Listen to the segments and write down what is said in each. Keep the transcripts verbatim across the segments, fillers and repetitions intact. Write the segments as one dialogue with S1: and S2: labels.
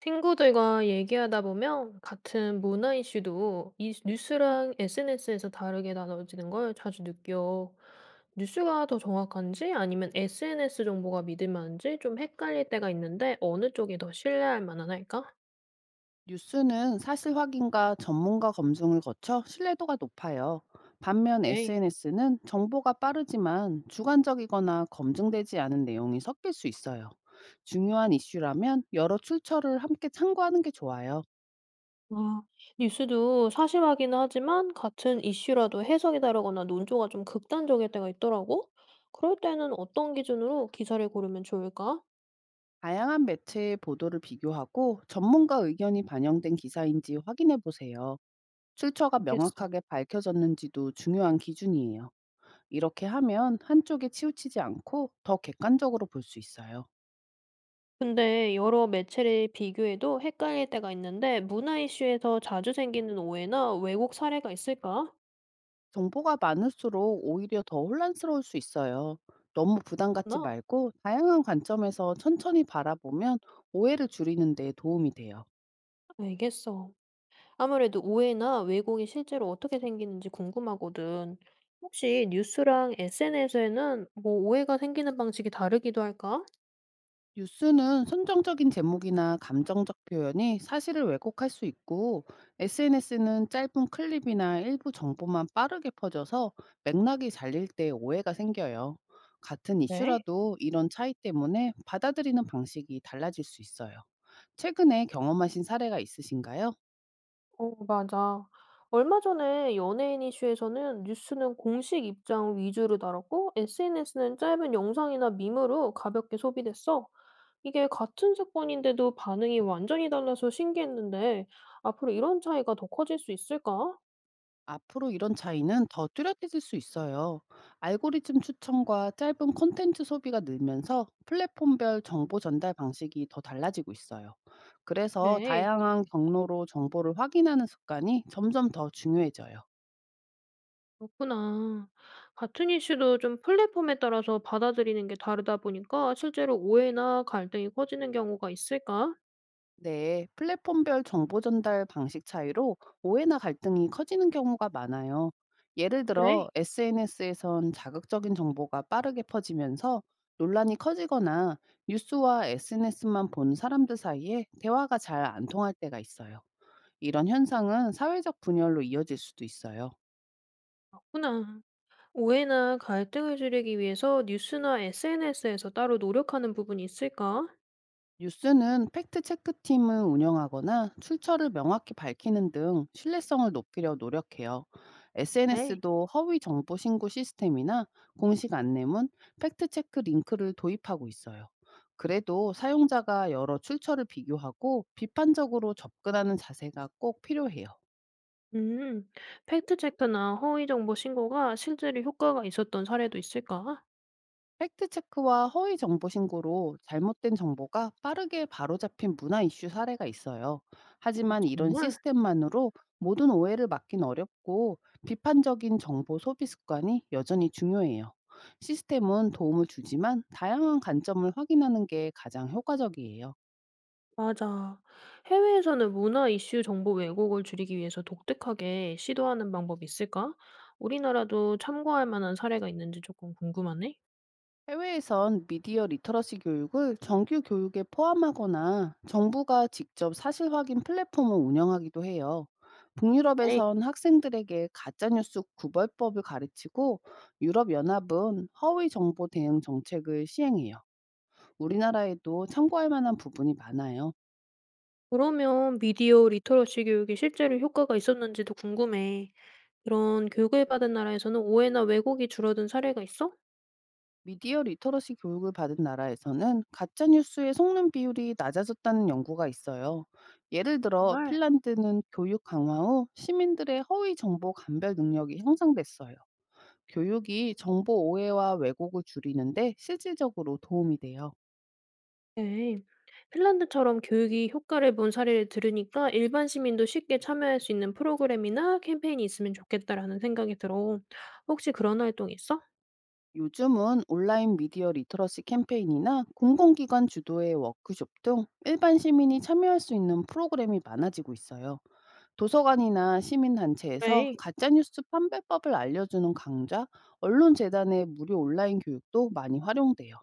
S1: 친구들과 얘기하다 보면 같은 문화 이슈도 이 뉴스랑 에스엔에스에서 다르게 다뤄지는 걸 자주 느껴. 뉴스가 더 정확한지 아니면 에스엔에스 정보가 믿을 만한지 좀 헷갈릴 때가 있는데 어느 쪽이 더 신뢰할 만한 할까?
S2: 뉴스는 사실 확인과 전문가 검증을 거쳐 신뢰도가 높아요. 반면
S1: 네.
S2: 에스엔에스는 정보가 빠르지만 주관적이거나 검증되지 않은 내용이 섞일 수 있어요. 중요한 이슈라면 여러 출처를 함께 참고하는 게 좋아요.
S1: 아, 뉴스도 사실 확인은 하지만 같은 이슈라도 해석이 다르거나 논조가 좀 극단적일 때가 있더라고. 그럴 때는 어떤 기준으로 기사를 고르면 좋을까?
S2: 다양한 매체의 보도를 비교하고 전문가 의견이 반영된 기사인지 확인해 보세요. 출처가
S1: 알겠어.
S2: 명확하게 밝혀졌는지도 중요한 기준이에요. 이렇게 하면 한쪽에 치우치지 않고 더 객관적으로 볼 수 있어요.
S1: 근데 여러 매체를 비교해도 헷갈릴 때가 있는데 문화 이슈에서 자주 생기는 오해나 왜곡 사례가 있을까?
S2: 정보가 많을수록 오히려 더 혼란스러울 수 있어요. 너무 부담 갖지
S1: 나?
S2: 말고 다양한 관점에서 천천히 바라보면 오해를 줄이는 데 도움이 돼요.
S1: 알겠어. 아무래도 오해나 왜곡이 실제로 어떻게 생기는지 궁금하거든. 혹시 뉴스랑 에스엔에스에는 뭐 오해가 생기는 방식이 다르기도 할까?
S2: 뉴스는 선정적인 제목이나 감정적 표현이 사실을 왜곡할 수 있고, 에스엔에스는 짧은 클립이나 일부 정보만 빠르게 퍼져서 맥락이 잘릴 때 오해가 생겨요. 같은
S1: 네.
S2: 이슈라도 이런 차이 때문에 받아들이는 방식이 달라질 수 있어요. 최근에 경험하신 사례가 있으신가요?
S1: 어, 맞아. 얼마 전에 연예인 이슈에서는 뉴스는 공식 입장 위주로 다뤘고 에스엔에스는 짧은 영상이나 밈으로 가볍게 소비됐어. 이게 같은 사건인데도 반응이 완전히 달라서 신기했는데, 앞으로 이런 차이가 더 커질 수 있을까?
S2: 앞으로 이런 차이는 더 뚜렷해질 수 있어요. 알고리즘 추천과 짧은 콘텐츠 소비가 늘면서 플랫폼별 정보 전달 방식이 더 달라지고 있어요. 그래서
S1: 그래,
S2: 다양한 경로로 정보를 확인하는 습관이 점점 더 중요해져요.
S1: 그렇구나. 같은 이슈도 좀 플랫폼에 따라서 받아들이는 게 다르다 보니까 실제로 오해나 갈등이 커지는 경우가 있을까?
S2: 네, 플랫폼별 정보 전달 방식 차이로 오해나 갈등이 커지는 경우가 많아요. 예를
S1: 그래,
S2: 들어, 에스엔에스에선 자극적인 정보가 빠르게 퍼지면서 논란이 커지거나, 뉴스와 에스엔에스만 본 사람들 사이에 대화가 잘 안 통할 때가 있어요. 이런 현상은 사회적 분열로 이어질 수도 있어요.
S1: 그렇구나. 오해나 갈등을 줄이기 위해서 뉴스나 에스엔에스에서 따로 노력하는 부분이 있을까?
S2: 뉴스는 팩트체크팀을 운영하거나 출처를 명확히 밝히는 등 신뢰성을 높이려 노력해요.
S1: 네.
S2: 에스엔에스도 허위 정보 신고 시스템이나 공식 안내문, 팩트체크 링크를 도입하고 있어요. 그래도 사용자가 여러 출처를 비교하고 비판적으로 접근하는 자세가 꼭 필요해요.
S1: 음, 팩트체크나 허위정보 신고가 실제로 효과가 있었던 사례도 있을까?
S2: 팩트 체크와 허위 정보 신고로 잘못된 정보가 빠르게 바로잡힌 문화 이슈 사례가 있어요.
S1: 아,
S2: 하지만 이런
S1: 정말?
S2: 시스템만으로 모든 오해를 막긴 어렵고 비판적인 정보 소비 습관이 여전히 중요해요. 시스템은 도움을 주지만 다양한 관점을 확인하는 게 가장 효과적이에요.
S1: 맞아. 해외에서는 문화 이슈 정보 왜곡을 줄이기 위해서 독특하게 시도하는 방법이 있을까? 우리나라도 참고할 만한 사례가 있는지 조금 궁금하네.
S2: 해외에선 미디어 리터러시 교육을 정규 교육에 포함하거나 정부가 직접 사실 확인 플랫폼을 운영하기도 해요.
S1: 네.
S2: 북유럽에선 학생들에게 가짜뉴스 구별법을 가르치고 유럽연합은 허위 정보 대응 정책을 시행해요. 우리나라에도 참고할 만한 부분이 많아요.
S1: 그러면 미디어 리터러시 교육이 실제로 효과가 있었는지도 궁금해. 이런 교육을 받은 나라에서는 오해나 왜곡이 줄어든 사례가 있어?
S2: 미디어 리터러시 교육을 받은 나라에서는 가짜 뉴스의 속는 비율이 낮아졌다는 연구가 있어요. 예를 들어
S1: 정말.
S2: 핀란드는 교육 강화 후 시민들의 허위 정보 감별 능력이 향상됐어요. 교육이 정보 오해와 왜곡을 줄이는데 실질적으로 도움이 돼요.
S1: 네. 핀란드처럼 교육이 효과를 본 사례를 들으니까 일반 시민도 쉽게 참여할 수 있는 프로그램이나 캠페인이 있으면 좋겠다라는 생각이 들어. 혹시 그런 활동 있어?
S2: 요즘은 온라인 미디어 리터러시 캠페인이나 공공기관 주도의 워크숍 등 일반 시민이 참여할 수 있는 프로그램이 많아지고 있어요. 도서관이나 시민단체에서
S1: 네.
S2: 가짜뉴스 판별법을 알려주는 강좌, 언론재단의 무료 온라인 교육도 많이 활용돼요.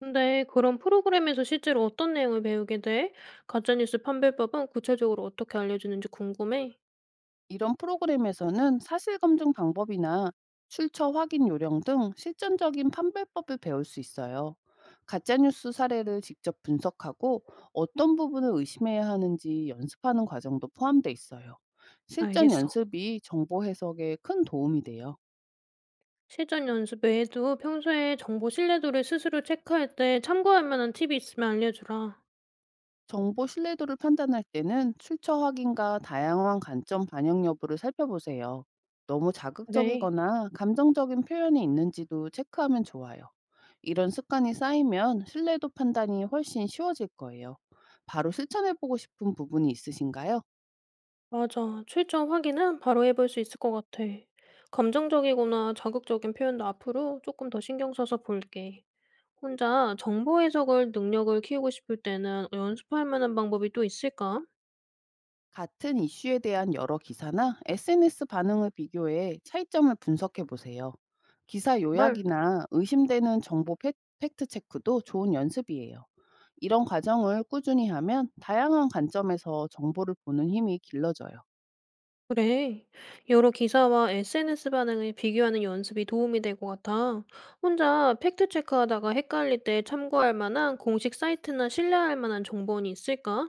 S1: 근데 그런 프로그램에서 실제로 어떤 내용을 배우게 돼? 가짜뉴스 판별법은 구체적으로 어떻게 알려주는지 궁금해.
S2: 이런 프로그램에서는 사실검증 방법이나 출처 확인 요령 등 실전적인 판별법을 배울 수 있어요. 가짜뉴스 사례를 직접 분석하고 어떤 부분을 의심해야 하는지 연습하는 과정도 포함돼 있어요. 실전
S1: 알겠어.
S2: 연습이 정보 해석에 큰 도움이 돼요.
S1: 실전 연습 외에도 평소에 정보 신뢰도를 스스로 체크할 때 참고할 만한 팁이 있으면 알려주라.
S2: 정보 신뢰도를 판단할 때는 출처 확인과 다양한 관점 반영 여부를 살펴보세요. 너무
S1: 네.
S2: 자극적이거나 감정적인 표현이 있는지도 체크하면 좋아요. 이런 습관이 쌓이면 신뢰도 판단이 훨씬 쉬워질 거예요. 바로 실천해보고 싶은 부분이 있으신가요?
S1: 맞아. 출처 확인은 바로 해볼 수 있을 것 같아. 감정적이거나 자극적인 표현도 앞으로 조금 더 신경 써서 볼게. 혼자 정보 해석을 능력을 키우고 싶을 때는 연습할 만한 방법이 또 있을까?
S2: 같은 이슈에 대한 여러 기사나 에스엔에스 반응을 비교해 차이점을 분석해 보세요. 기사
S1: 정말?
S2: 요약이나 의심되는 정보 팩- 팩트 체크도 좋은 연습이에요. 이런 과정을 꾸준히 하면 다양한 관점에서 정보를 보는 힘이 길러져요.
S1: 그래. 여러 기사와 에스엔에스 반응을 비교하는 연습이 도움이 될 것 같아. 혼자 팩트체크 하다가 헷갈릴 때 참고할 만한 공식 사이트나 신뢰할 만한 정보원이 있을까?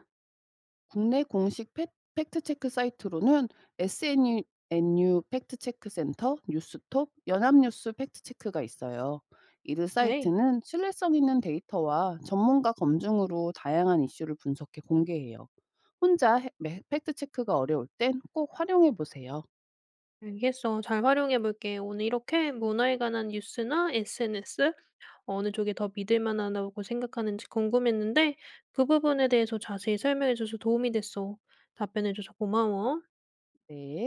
S2: 국내 공식 팩- 팩트체크 사이트로는 에스엔유 팩트체크 센터, 뉴스톱, 연합뉴스 팩트체크가 있어요. 이들
S1: 그래.
S2: 사이트는 신뢰성 있는 데이터와 전문가 검증으로 다양한 이슈를 분석해 공개해요. 혼자 해- 팩트체크가 어려울 땐 꼭 활용해 보세요.
S1: 알겠어. 잘 활용해 볼게. 오늘 이렇게 문화에 관한 뉴스나 에스엔에스 어느 쪽이 더 믿을 만하다고 생각하는지 궁금했는데 그 부분에 대해서 자세히 설명해 줘서 도움이 됐어. 답변해 줘서 고마워.
S2: 네.